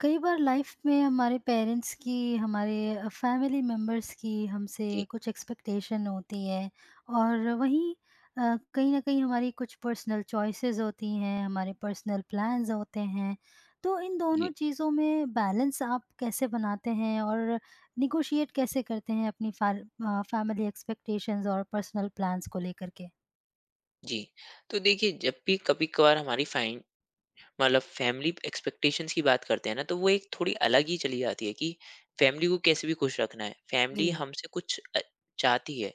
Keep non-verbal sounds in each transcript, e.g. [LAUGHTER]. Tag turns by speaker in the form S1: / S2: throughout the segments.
S1: कई बार लाइफ में हमारे पेरेंट्स की हमारे फैमिली मेम्बर्स की हमसे
S2: जी,
S1: कुछ एक्सपेक्टेशन होती है और वहीं कहीं ना कहीं हमारी कुछ पर्सनल चॉइसेस होती हैं, हमारे पर्सनल प्लान्स होते हैं। तो इन
S2: जी,
S1: दोनों चीज़ों में बैलेंस आप कैसे बनाते हैं और निगोशिएट कैसे करते हैं अपनी फैमिली एक्सपेक्टेशंस और पर्सनल प्लान्स को लेकर के?
S2: जी। तो देखिए जब भी कभी-कभार हमारी फ़ाइन मतलब फ़ैमिली एक्सपेक्टेशंस की बात करते हैं ना, तो वो एक थोड़ी अलग ही चली जाती है कि फ़ैमिली को कैसे भी खुश रखना है। फ़ैमिली
S1: जी।
S2: हमसे कुछ चाहती है,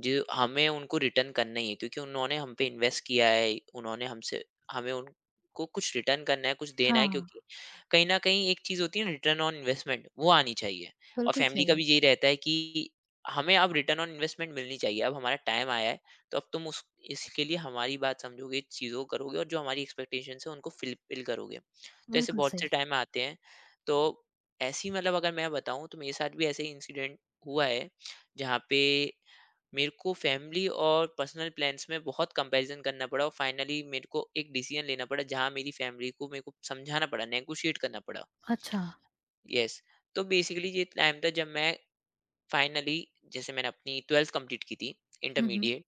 S2: जो हमें उनको रिटर्न करना ही है क्योंकि उन्होंने हम पे इन्वेस्ट किया है, उन्होंने हमसे हमें उनको कुछ रिटर्न करना है, कुछ देना है
S1: हाँ,
S2: क्योंकि कहीं न कहीं एक चीज़ होती है रिटर्न ऑन इन्वेस्टमेंट वो आनी चाहिए। और
S1: बिल्कुल
S2: फ़ैमिली
S1: सही
S2: का
S1: है।
S2: भी यही रहता है कि हमें अब रिटर्न ऑन इन्वेस्टमेंट मिलनी चाहिए। अब हमारा टाइम आया है, तो अब तुम उस इसके लिए हमारी बात समझोगे, चीज़ों को करोगे और जो हमारी एक्सपेक्टेशंस हैं उनको फुलफिल करोगे। तो ऐसे
S1: बिल्कुल
S2: बहुत से
S1: सही।
S2: टाइम आते हैं। तो ऐसी मतलब अगर मैं बताऊँ तो मेरे साथ भी ऐसे ही इंसिडेंट हुआ है, जहाँ पे मेरे को फैमिली और पर्सनल प्लान्स में बहुत कंपैरिज़न करना पड़ा और फाइनली मेरे को एक डिसीज़न लेना पड़ा, जहाँ मेरी फैमिली को मेरे को समझाना पड़ा, नेगोशिएट करना पड़ा।
S1: अच्छा।
S2: येस, तो बेसिकली ये टाइम था जब मैं फाइनली जैसे मैंने अपनी 12th कंप्लीट की थी,
S1: हम्म।
S2: इंटरमीडिएट।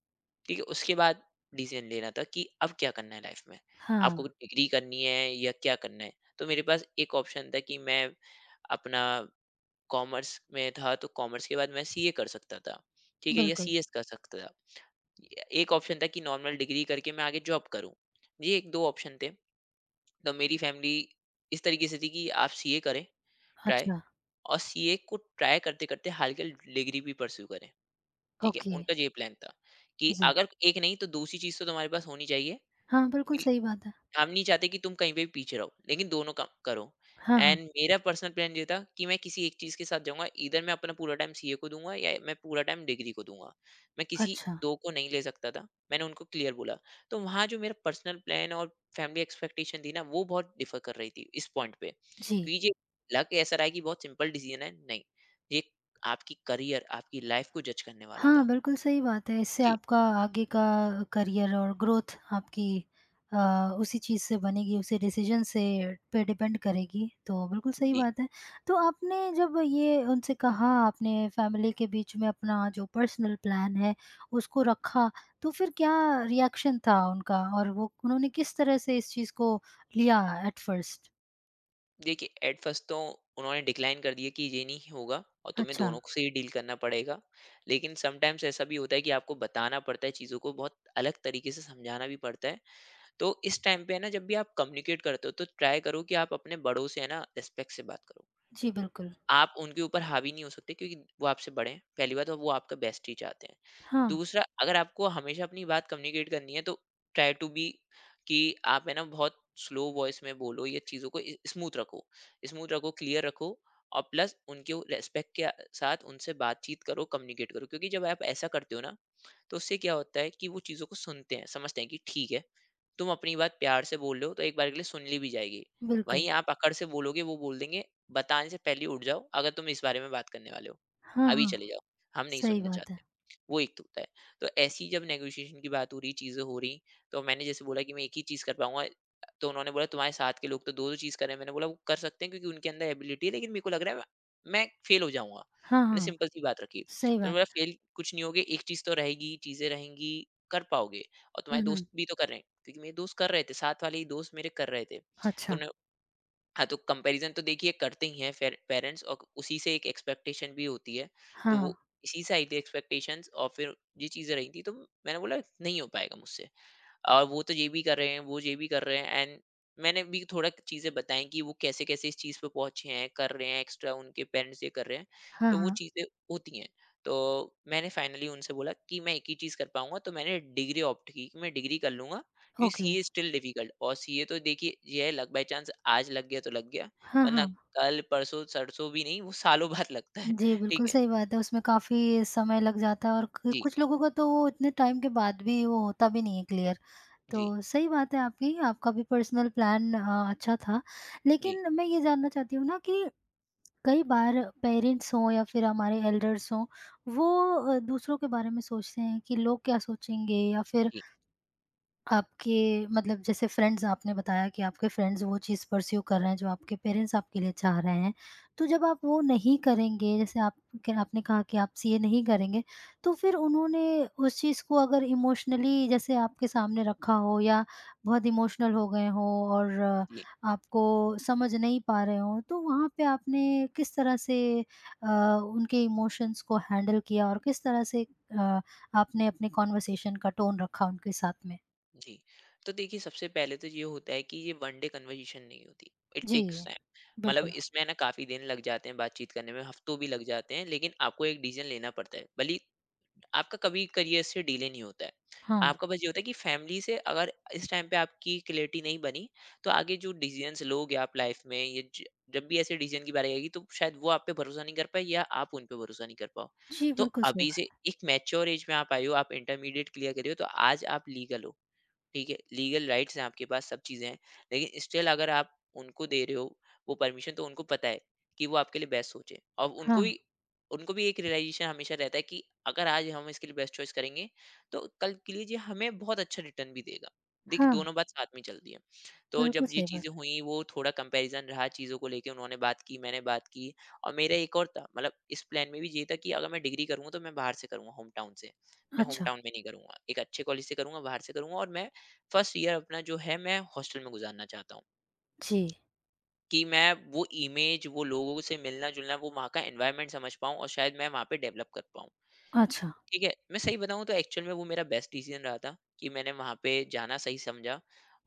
S2: ठीक है, उसके बाद डिसीजन लेना था कि अब क्या करना है लाइफ में, आपको
S1: हाँ,
S2: कुछ डिग्री करनी है या क्या करना है। तो मेरे पास एक ऑप्शन था कि मैं अपना कॉमर्स में था तो कॉमर्स के बाद मैं सीए कर सकता था, ठीक है या
S1: बिल्कुल।
S2: सीएस कर सकता था। ए एक ऑप्शन था कि नॉर्मल डिग्री करके मैं आगे जॉब करूँ, ये 1-2 ऑप्शन थे। तो मेरी फैमिली इस तरीके से थी कि आप सीए करें, ट्राई
S1: अच्छा।
S2: और सीए को ट्राई करते-करते हल्की डिग्री भी परस्यू करें, ठीक है?
S1: ओके।
S2: उनका ये प्लान था कि
S1: जी।
S2: अगर एक नहीं तो दूसरी चीज़ तो तुम्हारे पास होनी चाहिए।
S1: हाँ, बिल्कुल
S2: वी
S1: सही बात है।
S2: हम नहीं चाहते कि तुम कहीं पे भी पीछे रहो, लेकिन दोनों काम करो।
S1: हाँ, हाँ।
S2: एंड मेरा पर्सनल प्लान ये था कि मैं किसी एक चीज़ के साथ जाऊँगा, ईदर मैं अपना पूरा टाइम सीए को दूँगा या मैं पूरा टाइम डिग्री को दूँगा। मैं किसी
S1: अच्छा।
S2: 2 को नहीं ले सकता था, मैंने उनको क्लियर बोला। तो वहाँ जो मेरा पर्सनल प्लान और फैमिली एक्सपेक्टेशन थी ना, वो बहुत डिफ़र कर रही थी इस पॉइंट पे।
S1: जी।
S2: क्योंकि ये लग ऐसा रहा है कि बहुत सिंपल डिसीज़न है, नहीं। ये आपकी करियर, आपकी लाइफ़ को जज करने वाला
S1: हाँ,
S2: था।
S1: बिल्कुल सही बात है। इससे
S2: जी,
S1: आपका आगे का करियर और ग्रोथ आपकी अ, उसी चीज़ से बनेगी, उसी डिसीज़न से पे डिपेंड करेगी, तो बिल्कुल सही
S2: जी।
S1: बात है। तो आपने जब ये उनसे कहा, आपने फैमिली के बीच में अपना जो पर्सनल प्लान है, उसको रखा, तो फिर क्या रिएक्शन था उनका और वो उन्होंने किस तरह से इस चीज़ को लिया एट फर्स्ट?
S2: देखिए एट फर्स्ट तो उन्होंने डिक्लाइन कर दिया कि ये नहीं होगा और तुम्हें
S1: अच्छा।
S2: दोनों से ही डील करना पड़ेगा। लेकिन समटाइम्स ऐसा भी होता है कि आपको बताना पड़ता है, चीज़ों को बहुत अलग तरीके से समझाना भी पड़ता है। तो इस टाइम पे है ना, जब भी आप कम्युनिकेट करते हो तो ट्राई करो कि आप अपने बड़ों से है ना रिस्पेक्ट से बात करो।
S1: जी, बिल्कुल।
S2: आप उनके ऊपर हावी नहीं हो सकते क्योंकि वो आपसे बड़े हैं पहली बात, और वो आपका बेस्ट ही चाहते हैं।
S1: हाँ।
S2: दूसरा, अगर आपको हमेशा अपनी बात कम्युनिकेट करनी है तो ट्राई टू बी कि आप है ना बहुत स्लो वॉइस में बोलो या चीज़ों को स्मूथ रखो, क्लियर रखो। और प्लस उनके रेस्पेक्ट के साथ उनसे बातचीत करो, कम्युनिकेट करो, क्योंकि जब आप ऐसा करते हो ना तो उससे क्या होता है कि वो चीज़ों को सुनते हैं, समझते हैं कि ठीक है, तुम अपनी बात प्यार से बोल रहे हो तो एक बार के लिए सुन ली भी जाएगी।
S1: बिल्कुल।
S2: वहीं आप अकड़ से बोलोगे, वो बोल देंगे बताने से पहले ही उठ जाओ अगर तुम इस बारे में बात करने वाले हो।
S1: हाँ,
S2: अभी
S1: हाँ,
S2: चले जाओ, हम नहीं
S1: सही
S2: सुनना
S1: बात है।
S2: चाहते। वो एक तो होता है। तो ऐसी जब नेगोशिएशन की बात हो रही, चीज़ें हो रही, तो मैंने जैसे बोला कि मैं एक ही चीज़ कर पाऊँगा। तो उन्होंने बोला तुम्हारे साथ के लोग तो 2-2 चीज़ कर रहे हैं। मैंने बोला वो कर सकते हैं क्योंकि उनके अंदर एबिलिटी है, लेकिन मेरे को लग रहा है मैं फेल हो जाऊँगा।
S1: हाँ,
S2: मैंने
S1: हाँ,
S2: सिंपल सी बात रखी।
S1: सही
S2: तो
S1: बात
S2: मेरा फेल कुछ नहीं होगे, एक चीज़ तो रहेगी, चीज़ें रहेंगी, कर पाओगे और
S1: है।
S2: तुम्हारे
S1: हुँ,
S2: दोस्त
S1: हुँ।
S2: भी तो कर रहे हैं। क्योंकि मेरे दोस्त कर रहे थे, साथ वाले ही दोस्त मेरे कर रहे थे। तो
S1: अच्छा।
S2: उन्हें हाँ, तो कंपैरिज़न तो देखिए करते ही हैं फेर पेरेंट्स, और उसी से एक एक्सपेक्टेशन भी होती है। तो
S1: हाँ,
S2: वो इसी से आई थी एक्सपेक्टेशंस और फिर ये चीज़ें रही थी, तो मैंने बोला नहीं हो पाएगा मुझसे। और वो तो ये भी कर रहे हैं, वो ये भी कर रहे हैं एंड मैंने भी थोड़ा चीज़ें बताई कि वो कैसे-कैसे इस चीज़ पे पहुँचे हैं, कर रहे हैं एक्स्ट्रा, उनके पेरेंट्स ये कर रहे हैं।
S1: हाँ,
S2: तो वो
S1: हाँ।
S2: चीज़ें होती हैं। तो मैंने फाइनली उनसे बोला कि मैं एक ही चीज़ कर पाऊँगा, तो मैंने डिग्री ऑप्ट की कि मैं डिग्री कर लूँगा क्योंकि
S1: ओके।
S2: सीए स्टिल डिफिकल्ट, और सीए तो देखिए ये है लक बाय चांस, आज लग गया तो लग गया,
S1: हाँ,
S2: वरना
S1: हाँ।
S2: कल, परसों, सरसों भी नहीं, वो सालों बाद [LAUGHS] लगता है।
S1: जी,
S2: ठीक
S1: बिल्कुल
S2: है।
S1: सही बात है, उसमें काफ़ी समय लग जाता है और क
S2: जी,
S1: कुछ लोगों का तो वो इतने टाइम के बाद भी वो होता भी नहीं है क्लियर।
S2: जी,
S1: तो सही बात है आपकी, आपका भी पर्सनल प्लान अच्छा था।
S2: जी,
S1: लेकिन मैं ये जानना चाहती हूँ ना कि कई बार पेरेंट्स हों या फिर हमारे एल्डर्स हों, वो दूसरों के बारे में सोचते हैं कि लोग क्या सोचेंगे या फिर
S2: जी,
S1: आपके मतलब जैसे फ्रेंड्स, आपने बताया कि आपके फ्रेंड्स वो चीज़ परस्यू कर रहे हैं जो आपके पेरेंट्स आपके लिए चाह रहे हैं। तो जब आप वो नहीं करेंगे, जैसे आप क आपने कहा कि आप सीए नहीं करेंगे, तो फिर उन्होंने उस चीज़ को अगर इमोशनली जैसे आपके सामने रखा हो या बहुत इमोशनल हो गए हों और
S2: जी।
S1: आपको समझ नहीं पा रहे हों, तो वहाँ पे आपने किस तरह से अ, उनके इमोशंस को हैंडल किया और किस तरह से अ, आपने अपने कन्वर्सेशन का टोन रखा उनके साथ में?
S2: जी, तो देखिए सबसे पहले तो ये होता है कि ये वन डे कन्वर्सेशन नहीं होती, इट
S1: जी,
S2: टेक्स टाइम। मतलब
S1: बिल्कुल।
S2: इसमें ना काफ़ी दिन लग जाते हैं बातचीत करने में, हफ्तों भी लग जाते हैं, लेकिन आपको एक डिसीज़न लेना पड़ता है। भले ही आपका कभी करियर से डिले नहीं होता है,
S1: हाँ।
S2: आपका बस ये होता है कि फैमिली से अगर इस टाइम पे आपकी क्लैरिटी नहीं बनी, तो आगे जो डिसीज़न्स लोगे आप लाइफ़ में या ज जब भी ऐसे डिसीज़न की बारी आएगी, तो शायद वो आप पे भरोसा नहीं कर पाए या आप उन पे भरोसा नहीं कर पाओ।
S1: जी,
S2: तो
S1: बिल्कुल सही
S2: अभी से
S1: बात है।
S2: एक मैच्योर एज में आप आए हो, आप इंटरमीडिएट क्लियर करे हो, तो आज आप लीगल हो। ठीक है, लीगल राइट्स हैं आपके पास, सब चीज़ें हैं। लेकिन स्टिल अगर आप उनको दे रहे हो वो परमिशन, तो उनको पता है कि वो आपके लिए बेस्ट सोचे, और
S1: हाँ,
S2: उनको भी एक रियलाइज़ेशन हमेशा रहता है कि अगर आज हम इसके लिए बेस्ट चॉइस करेंगे, तो कल के लिए ये हमें बहुत अच्छा रिटर्न भी देगा। देखिए,
S1: हाँ,
S2: दोनों बात साथ में चलती है। तो
S1: बिल्कुल
S2: जब ये
S1: सही बात
S2: चीज़ें हुई, वो थोड़ा कंपैरिज़न रहा चीज़ों को लेके, उन्होंने बात की, मैंने बात की, और मेरा एक और था, मतलब इस प्लान में भी ये था कि अगर मैं डिग्री करूँगा, तो मैं बाहर से करूँगा, होम टाउन से।
S1: है।
S2: मैं होम
S1: अच्छा।
S2: टाउन में नहीं करूँगा। एक अच्छे कॉलेज से करूँगा, बाहर से करूँगा और मैं फर्स्ट ईयर अपना जो है मैं हॉस्टल में गुजारना चाहता हूँ
S1: जी।
S2: कि मैं वो इमेज, वो लोगों से मिलना जुलना, वो वहाँ का एनवायरमेंट समझ पाऊँ और शायद मैं वहाँ पे डेवलप कर पाऊँ।
S1: अच्छा।
S2: ठीक है, मैं सही बताऊँ तो एक्चुअल में वो मेरा बेस्ट डिसीज़न रहा था कि मैंने वहाँ पे जाना सही समझा,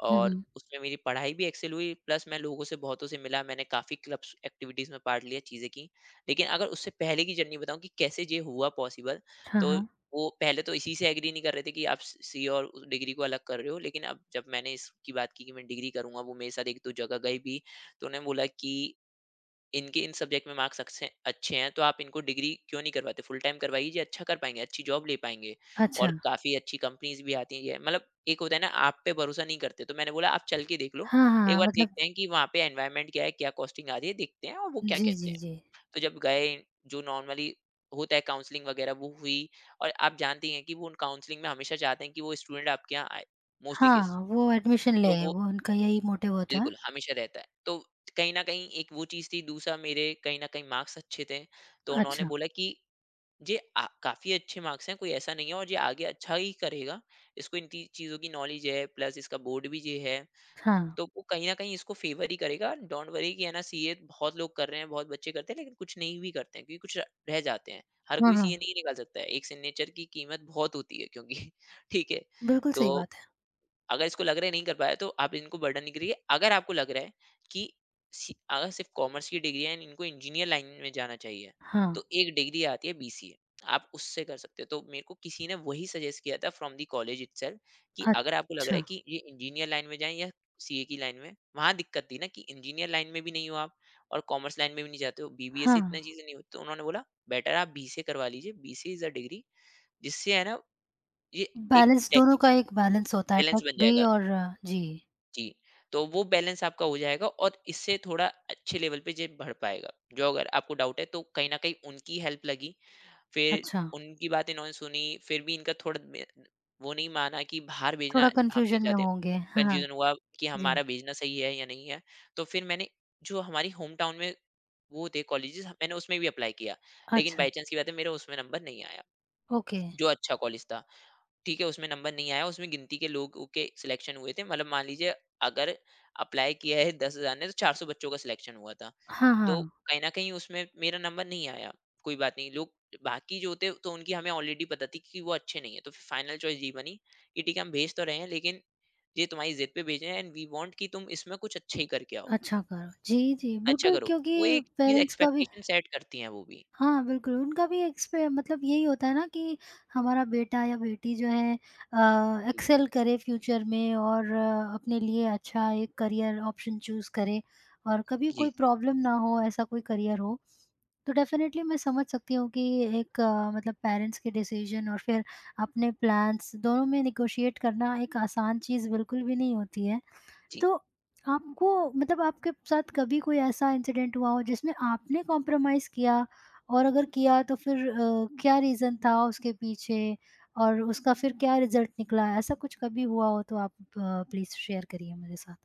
S1: हुँ,
S2: और
S1: हुँ।
S2: उसमें मेरी पढ़ाई भी एक्सेल हुई, प्लस मैं लोगों से बहुतों से मिला, मैंने काफ़ी क्लब्स एक्टिविटीज़ में पार्ट लिया, चीज़ें की। लेकिन अगर उससे पहले की जर्नी बताऊँ कि कैसे ये हुआ पॉसिबल,
S1: हाँ,
S2: तो
S1: हाँ।
S2: वो पहले तो इसी से एग्री नहीं कर रहे थे कि आप स सी और उस डिग्री को अलग कर रहे हो, लेकिन अब जब मैंने इसकी बात की कि मैं डिग्री करूँगा, वो मेरे साथ 1-2 जगह गए भी, तो उन्होंने बोला कि इनके इन सब्जेक्ट में मार्क्स अच्छे अच्छे हैं, तो आप इनको डिग्री क्यों नहीं करवाते, फुल टाइम करवाइए, ये अच्छा कर पाएंगे, अच्छी जॉब ले पाएंगे और
S1: अच्छा।
S2: काफ़ी अच्छी कंपनीज भी आती हैं। मतलब एक होता है ना आप पे भरोसा नहीं करते, तो मैंने बोला आप चल के देख लो,
S1: हाँ, हाँ,
S2: एक
S1: हाँ,
S2: बार देखते
S1: मतलब।
S2: हैं कि वहाँ पे एनवायरनमेंट क्या है, क्या कॉस्टिंग आ रही है, देखते हैं और वो क्या
S1: जी,
S2: कहते
S1: जी,
S2: हैं।
S1: जी।
S2: तो जब गए, जो नॉर्मली होता है काउंसलिंग वगैरह, वो हुई, और आप जानती हैं कि वो उन काउंसलिंग में हमेशा चाहते हैं कि वो स्टूडेंट आपके यहाँ आए, मोस्टली केसेस।
S1: हाँ, वो एडमिशन
S2: तो
S1: लें,
S2: वो
S1: वो उनका यही मोटिव होता है।
S2: बिल्कुल, हमेशा रहता है। तो कहीं न कहीं एक वो चीज़ थी, दूसरा मेरे कहीं न कहीं मार्क्स अच्छे थे, तो उन्होंने
S1: अच्छा।
S2: बोला कि ये काफ़ी अच्छे मार्क्स हैं, कोई ऐसा नहीं है और ये आगे अच्छा ही करेगा। इसको इन ती चीज़ों की नॉलेज है, प्लस इसका बोर्ड भी ये है,
S1: हाँ,
S2: तो वो कहीं न कहीं इसको फ़ेवर ही करेगा। डोंट वरी कि है ना सीए बहुत लोग कर रहे हैं, बहुत बच्चे करते हैं, लेकिन कुछ नहीं भी करते हैं, क्योंकि कुछ रह रह जाते हैं। हर
S1: हाँ,
S2: कोई सीए
S1: हाँ,
S2: नहीं निकाल सकता है, एक सिग्नेचर की कीमत बहुत होती है क्योंकि [LAUGHS] ठीक है,
S1: बिल्कुल
S2: तो
S1: सही बात है।
S2: अगर इसको लग रहा है नहीं कर पाया तो आप इनको बर्डन नहीं करिए। अगर आपको लग रहा है कि अगर सिर्फ कॉमर्स की डिग्री है and इनको इंजीनियर लाइन में जाना चाहिए,
S1: हाँ।
S2: तो एक डिग्री आती है बीसीए, आप उससे कर सकते हो। तो मेरे को किसी ने वही सजेस्ट किया था फ्रॉम दी कॉलेज इटसेल्फ कि अगर आपको लग रहा है
S1: अच्छा।
S2: कि ये इंजीनियर लाइन में जाएं या सीए की लाइन में वहां दिक्कत थी ना कि इंजीनियर लाइन में भी नहीं हो आप और कॉमर्स लाइन में भी नहीं जाते हो, बीबीए से
S1: हाँ,
S2: इतना चीजें नहीं होती। तो उन्होंने बोला, बेटर आप बीसीए करवा लीजिए, बीसीए इज अ डिग्री जिससे है ना ये एक
S1: बैलेंस दोनों का
S2: टेक्निकल
S1: एक बैलेंस होता है,
S2: बैलेंस
S1: टेक
S2: बन
S1: भी
S2: जाएगा।
S1: और जी।
S2: जी, तो वो बैलेंस आपका हो जाएगा और इससे थोड़ा अच्छे लेवल पे जे बढ़ पाएगा। जो अगर आपको डाउट है तो कहीं न कहीं उनकी हेल्प लगी, फिर
S1: अच्छा।
S2: उनकी बात इन्होंने सुनी, फिर भी इनका थोड़ा मे वो नहीं माना कि बाहर भेजना
S1: थोड़ा
S2: हम नहीं
S1: कन्फ्यूजन में
S2: चाहते।
S1: होंगे। हाँ।
S2: कन्फ्यूज़न हुआ कि
S1: जी।
S2: हमारा भेजना सही है या नहीं है। तो फिर मैंने जो हमारी होम टाउन में वो थे कॉलेजेस, मैंने उसमें भी अप्लाई किया, लेकिन
S1: अच्छा।
S2: बाय चांस की बात है मेरा उसमें नंबर नहीं आया,
S1: ओके।
S2: जो अच्छा कॉलेज था। ठीक है, उसमें नंबर नहीं आया, उसमें गिनती के लोगों के सिलेक्शन हुए थे। मतलब मान लीजिए अगर अप्लाई किया है 10,000 ने तो 400 बच्चों का सिलेक्शन हुआ था।
S1: हाँ,
S2: तो
S1: हाँ।
S2: कहीं ना कहीं उसमें मेरा नंबर नहीं आया। कोई बात नहीं, लोग बाकी जो होते तो उनकी हमें ऑलरेडी पता थी कि वो अच्छे नहीं है। तो फिर फाइनल चॉइस ये बनी कि ठीक है, हम भेज तो रहे हैं, लेकिन ये तुम्हारी जिद पे भेज रहे हैं, एंड वी वांट कि तुम इसमें कुछ अच्छे ही करके आओ।
S1: अच्छा करो। जी, जी,
S2: अच्छा
S1: बिल्कुल
S2: करो,
S1: क्योंकि
S2: वो एक चीज
S1: पेरेंट्स का भी
S2: एक्सपेक्टेशन सेट करती है वो भी।
S1: हाँ, बिल्कुल उनका भी एक्सपे मतलब यही होता है ना कि हमारा बेटा या बेटी जो है
S2: जी,
S1: एक्सेल करे फ्यूचर में और अपने लिए अच्छा एक करियर ऑप्शन चूज़ करे और कभी कोई
S2: जी,
S1: प्रॉब्लम ना हो, ऐसा कोई करियर हो। तो डेफ़िनेटली मैं समझ सकती हूँ कि एक मतलब पेरेंट्स के डिसीज़न और फिर अपने प्लान्स, दोनों में नेगोशिएट करना एक आसान चीज़ बिल्कुल भी नहीं होती है।
S2: जी,
S1: तो आपको मतलब आपके साथ कभी कोई ऐसा इंसिडेंट हुआ हो जिसमें आपने कॉम्प्रोमाइज़ किया और अगर किया तो फिर क्या रीज़न था उसके पीछे और उसका फिर क्या रिज़ल्ट निकला? ऐसा कुछ कभी हुआ हो तो आप प्लीज़ शेयर करिए मेरे साथ।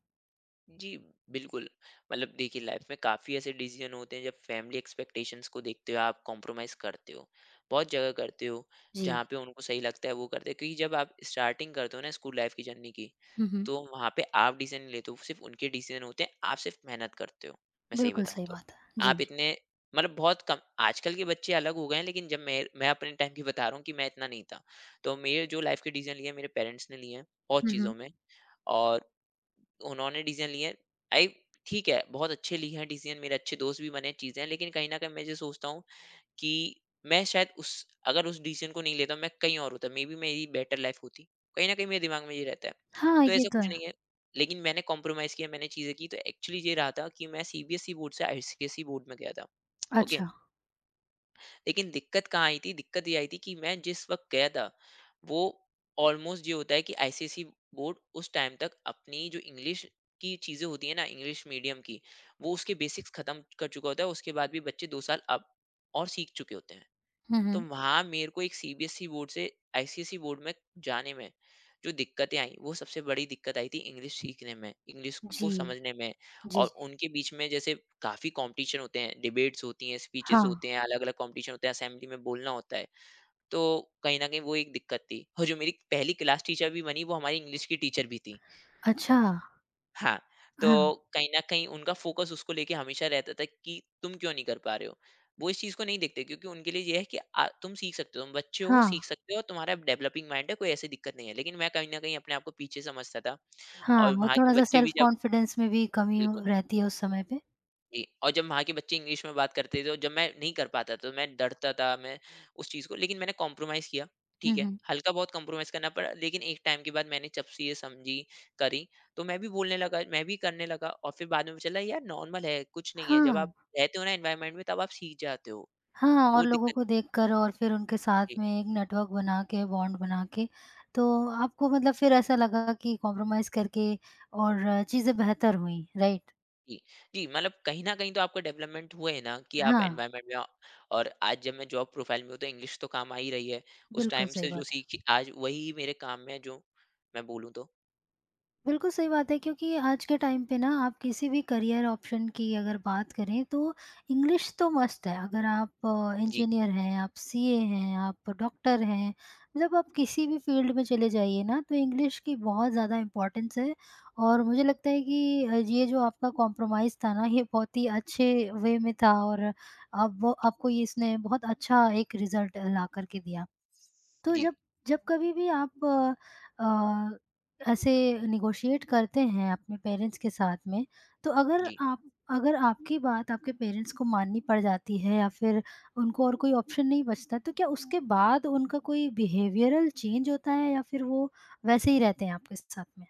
S2: जी, बिल्कुल। मतलब देखिए, लाइफ़ में काफ़ी ऐसे डिसीज़न होते हैं जब फैमिली एक्सपेक्टेशंस को देखते हुए आप कॉम्प्रोमाइज़ करते हो। बहुत जगह करते हो,
S1: जी।
S2: जहाँ पे उनको सही लगता है वो करते हैं, क्योंकि जब आप स्टार्टिंग करते हो ना स्कूल लाइफ़ की जर्नी की,
S1: हुँ, हुँ।
S2: तो वहाँ पे आप डिसीज़न नहीं लेते हो, सिर्फ़ उनके डिसीज़न होते हैं, आप सिर्फ़ मेहनत करते हो, मैं सही
S1: बिल्कुल
S2: बताऊँ
S1: सही
S2: तो।
S1: बात है। जी।
S2: आप इतने, मतलब बहुत कम, आजकल के बच्चे अलग हो गए हैं, लेकिन जब मैं अपने टाइम की बता रहा हूँ कि मैं इतना नहीं था। तो मेरे जो लाइफ़ के डिसीज़न लिए हैं मेरे पेरेंट्स ने लिए हैं, बहुत
S1: हुँ,
S2: चीज़ों
S1: हुँ।
S2: में। और उन्होंने डिसीजन लिए हैं। आई ठीक है, बहुत अच्छे लिए हैं डिसीजन, मेरे अच्छे दोस्त भी बने, चीज़ें हैं। लेकिन कहीं न कहीं मैं ये सोचता हूँ कि मैं शायद उस अगर उस डिसीजन को नहीं लेता, मैं कहीं और होता। मेबी मेरी बेटर लाइफ़ होती। कहीं न कहीं मेरे दिमाग में ये रहता है।
S1: हाँ,
S2: तो
S1: ये
S2: ऐसा
S1: तो
S2: कुछ
S1: है।
S2: नहीं है, लेकिन मैंने कॉम्प्रोमाइज़ किया, मैंने चीज़ें की। तो एक्चुअली ये रहा था कि मैं सीबीएसई बोर्ड से आईसीएसई बोर्ड में गया था। ओके?
S1: अच्छा।
S2: लेकिन दिक्कत कहाँ आई थी? दिक्कत ये आई थी कि मैं जिस वक़्त गया था, वो ऑलमोस्ट ये होता है कि आईसीएसई बोर्ड उस टाइम तक अपनी जो इंग्लिश की चीज़ें होती हैं ना, इंग्लिश मीडियम की, वो उसके बेसिक्स खत्म कर चुका होता है। उसके बाद भी बच्चे 2 साल अब और सीख चुके होते हैं।
S1: हुँ,
S2: तो
S1: हुँ।
S2: वहाँ मेरे को एक सीबीएसई बोर्ड से आईसीएसई बोर्ड में जाने में जो दिक्कतें आई, वो सबसे बड़ी दिक्कत आई थी इंग्लिश सीखने में, इंग्लिश को
S1: जी।
S2: समझने में।
S1: जी,
S2: और
S1: जी।
S2: उनके बीच में जैसे काफ़ी कंपटीशन होते हैं, डिबेट्स होती हैं,
S1: हाँ।
S2: स्पीचेस होते हैं, अलग अलग कंपटीशन होते हैं, असेंबली में बोलना होता है। तो कहीं ना कहीं वो एक दिक्कत थी। और जो मेरी पहली क्लास टीचर भी बनी, वो हमारी इंग्लिश की टीचर भी थी।
S1: अच्छा।
S2: हाँ,
S1: हाँ,
S2: तो कहीं न कहीं उनका फ़ोकस उसको लेके हमेशा रहता था कि तुम क्यों नहीं कर पा रहे हो? वो इस चीज़ को नहीं देखते, क्योंकि उनके लिए ये है कि तुम सीख सकते हो, तुम बच्चे हो, सीख
S1: हाँ,
S2: सकते हो, तुम्हारा डेवलपिंग माइंड है, कोई ऐसी दिक्कत नहीं है। लेकिन मैं कहीं न कहीं अपने आप को पीछे समझता था।
S1: हाँ।
S2: और
S1: वो
S2: वहाँ के
S1: थोड़ा-सा
S2: बच्चे भी
S1: सेल्फ
S2: जब,
S1: कॉन्फिडेंस में भी
S2: बिल्कुल।
S1: रहती है उस समय पे।
S2: जी, और जब वहाँ के बच्चे इंग्लिश में बात करते थे और जब मैं नहीं कर पाता तो मैं डरता था, मैं उस चीज़ को। लेकिन मैंने कॉम्प्रोमाइज़ किया,
S1: हुँ,
S2: ठीक है।
S1: हुँ।
S2: हल्का बहुत कॉम्प्रोमाइज़ करना पड़ा, लेकिन एक टाइम के बाद मैंने जब चीज़ें समझी, करी, तो मैं भी बोलने लगा, मैं भी करने लगा और फिर बाद में पता चला यार नॉर्मल है, कुछ नहीं है। जब
S1: हाँ,
S2: आप रहते हो ना एनवायरनमेंट में, तब आप सीख जाते हो,
S1: हाँ और
S2: वो
S1: लोगों को
S2: दिक्कत
S1: देखकर और फिर उनके साथ
S2: नहीं।
S1: में एक नेटवर्क बना के, बॉन्ड बना के, तो आपको मतलब फिर ऐसा लगा कि कॉम्प्रोमाइज़ करके और चीज़ें बेहतर हुईं, राइट?
S2: जी, जी, मतलब कहीं न कहीं तो आपका डेवलपमेंट हुए है ना कि आप
S1: हाँ,
S2: एनवायरनमेंट में आ-। और आज जब मैं जॉब प्रोफाइल में हूँ तो इंग्लिश तो काम आ ही रही है। उस
S1: बिल्कुल
S2: टाइम
S1: सही
S2: से जो
S1: बात है।
S2: सीखी, आज वही मेरे काम में है, जो मैं बोलूँ तो।
S1: बिल्कुल सही बात है क्योंकि आज के टाइम पे ना आप किसी भी करियर ऑप्शन की अगर बात करें तो इंग्लिश तो मस्ट है। अगर आप
S2: जी,
S1: इंजीनियर हैं, आप सीए हैं, आप डॉक्टर हैं, मतलब आप किसी भी फील्ड में चले जाइए ना, तो इंग्लिश की बहुत ज़्यादा इम्पोर्टेंस है। और मुझे लगता है कि ये जो आपका कॉम्प्रोमाइज़ था ना, ये बहुत ही अच्छे वे में था और अब वो आपको ये इसने बहुत अच्छा एक रिजल्ट ला करके दिया। तो
S2: जी,
S1: जब जब कभी भी आप ऐसे नेगोशिएट करते हैं अपने पेरेंट्स के साथ में, तो
S2: जी।
S1: अगर आपकी बात आपके पेरेंट्स को माननी पड़ जाती है या फिर उनको और कोई ऑप्शन नहीं बचता, तो क्या उसके बाद उनका कोई बिहेवियरल चेंज होता है या फिर वो वैसे ही रहते हैं आपके साथ में?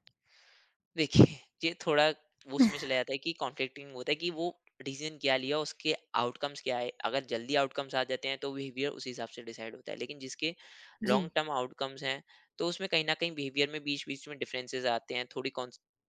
S2: देखिए, ये थोड़ा वो उसमें चला
S1: [LAUGHS]
S2: जाता है कि कॉन्फ्लिक्टिंग होता है कि वो रीजन क्या लिया, उसके आउटकम्स क्या है। अगर जल्दी आउटकम्स आ जाते हैं तो बिहेवियर उसी हिसाब से डिसाइड होता है, लेकिन जिसके
S1: जी।
S2: लॉन्ग टर्म आउटकम्स हैं, तो उसमें कहीं ना कहीं बिहेवियर में बीच बीच में डिफरेंसेस आते हैं। थोड़ी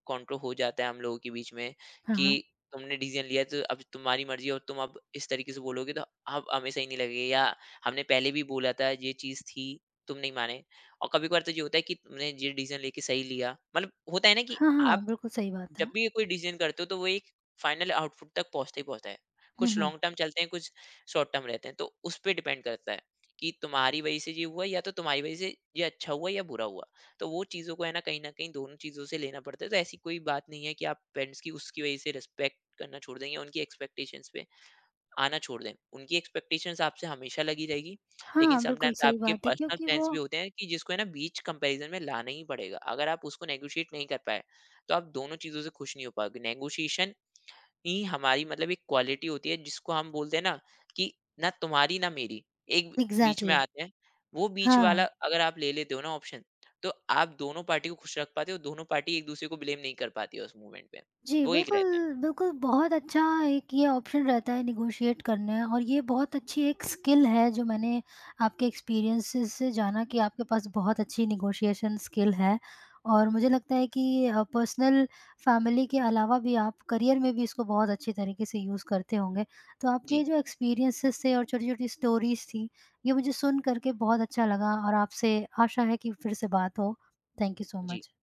S2: कॉन्ट्रो हो जाता है हम लोगों के बीच में
S1: हाँ,
S2: कि
S1: हाँ।
S2: तुमने डिसीजन लिया तो अब तुम्हारी मर्जी है, और तुम अब इस तरीके से बोलोगे तो अब हमें सही नहीं लगेगा, या हमने पहले भी बोला था ये चीज़ थी, तुम नहीं माने। और कभी-कभार तो ये होता है कि तुमने ये डिसीजन लेके सही लिया। मतलब होता है ना कि
S1: हाँ, हाँ,
S2: आप
S1: बिल्कुल सही बात है।
S2: जब भी कोई डिसीजन करते हो तो वो एक फाइनल आउटपुट तक पहुँचता ही पहुँचता है।
S1: हुँ,
S2: कुछ
S1: हुँ।
S2: लॉन्ग टर्म चलते हैं, कुछ शॉर्ट टर्म रहते हैं। तो उस पे डिपेंड करता है कि तुम्हारी वजह से ये हुआ, या तो तुम्हारी वजह से ये अच्छा हुआ या बुरा हुआ। तो वो चीज़ों को है ना कहीं न कहीं दोनों चीज़ों से लेना पड़ता है। तो ऐसी कोई बात नहीं है कि आप पेरेंट्स की उसकी वजह से रिस्पेक्ट करना छोड़ देंगे, उनकी एक्सपेक्टेशंस पे आना छोड़ दें। उनकी एक्सपेक्टेशंस आपसे हमेशा लगी रहेगी, लेकिन
S1: हाँ, बिल्कुल
S2: समटाइम्स
S1: सही
S2: आपके
S1: बात है
S2: पर्सनल
S1: क्योंकि
S2: प्लान्स
S1: वो
S2: भी होते हैं, कि जिसको है ना बीच कंपैरिज़न में लाना ही पड़ेगा। अगर आप उसको नेगोशिएट नहीं कर पाए, तो आप दोनों चीज़ों से खुश नहीं हो पाओगे। नेगोशिएशन ही हमारी मतलब एक क्वालिटी होती है, जिसको हम बोलते हैं ना कि ना तुम्हारी, ना मेरी, एक बीच में
S1: एग्ज़ैक्टली।
S2: आते हैं। वो बीच वाला
S1: हाँ।
S2: अगर आप ले लेते हो ना ऑप्शन, तो आप दोनों पार्टी को खुश रख पाते हो, दोनों पार्टी एक-दूसरे को ब्लेम नहीं कर पाती है उस मोमेंट पे।
S1: जी,
S2: वो एक
S1: बिल्कुल,
S2: रहता है।
S1: बिल्कुल बहुत अच्छा एक ये ऑप्शन रहता है नेगोशिएट करने और ये बहुत अच्छी एक स्किल है जो मैंने आपके एक्सपीरियंसेस से जाना कि आपके पास बहुत अच्छी नेगोशिएशन स्किल है। और मुझे लगता है कि पर्सनल फैमिली के अलावा भी आप करियर में भी इसको बहुत अच्छे तरीके से यूज़ करते होंगे। तो आपके
S2: जी,
S1: जो एक्सपीरियंसेस थे और छोटी-छोटी स्टोरीज़ थी, ये मुझे सुन कर के बहुत अच्छा लगा और आपसे आशा है कि फिर से बात हो। थैंक यू सो
S2: जी।
S1: मच।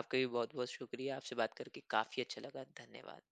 S2: आपका भी बहुत बहुत शुक्रिया, आपसे बात करके काफी अच्छा लगा, धन्यवाद।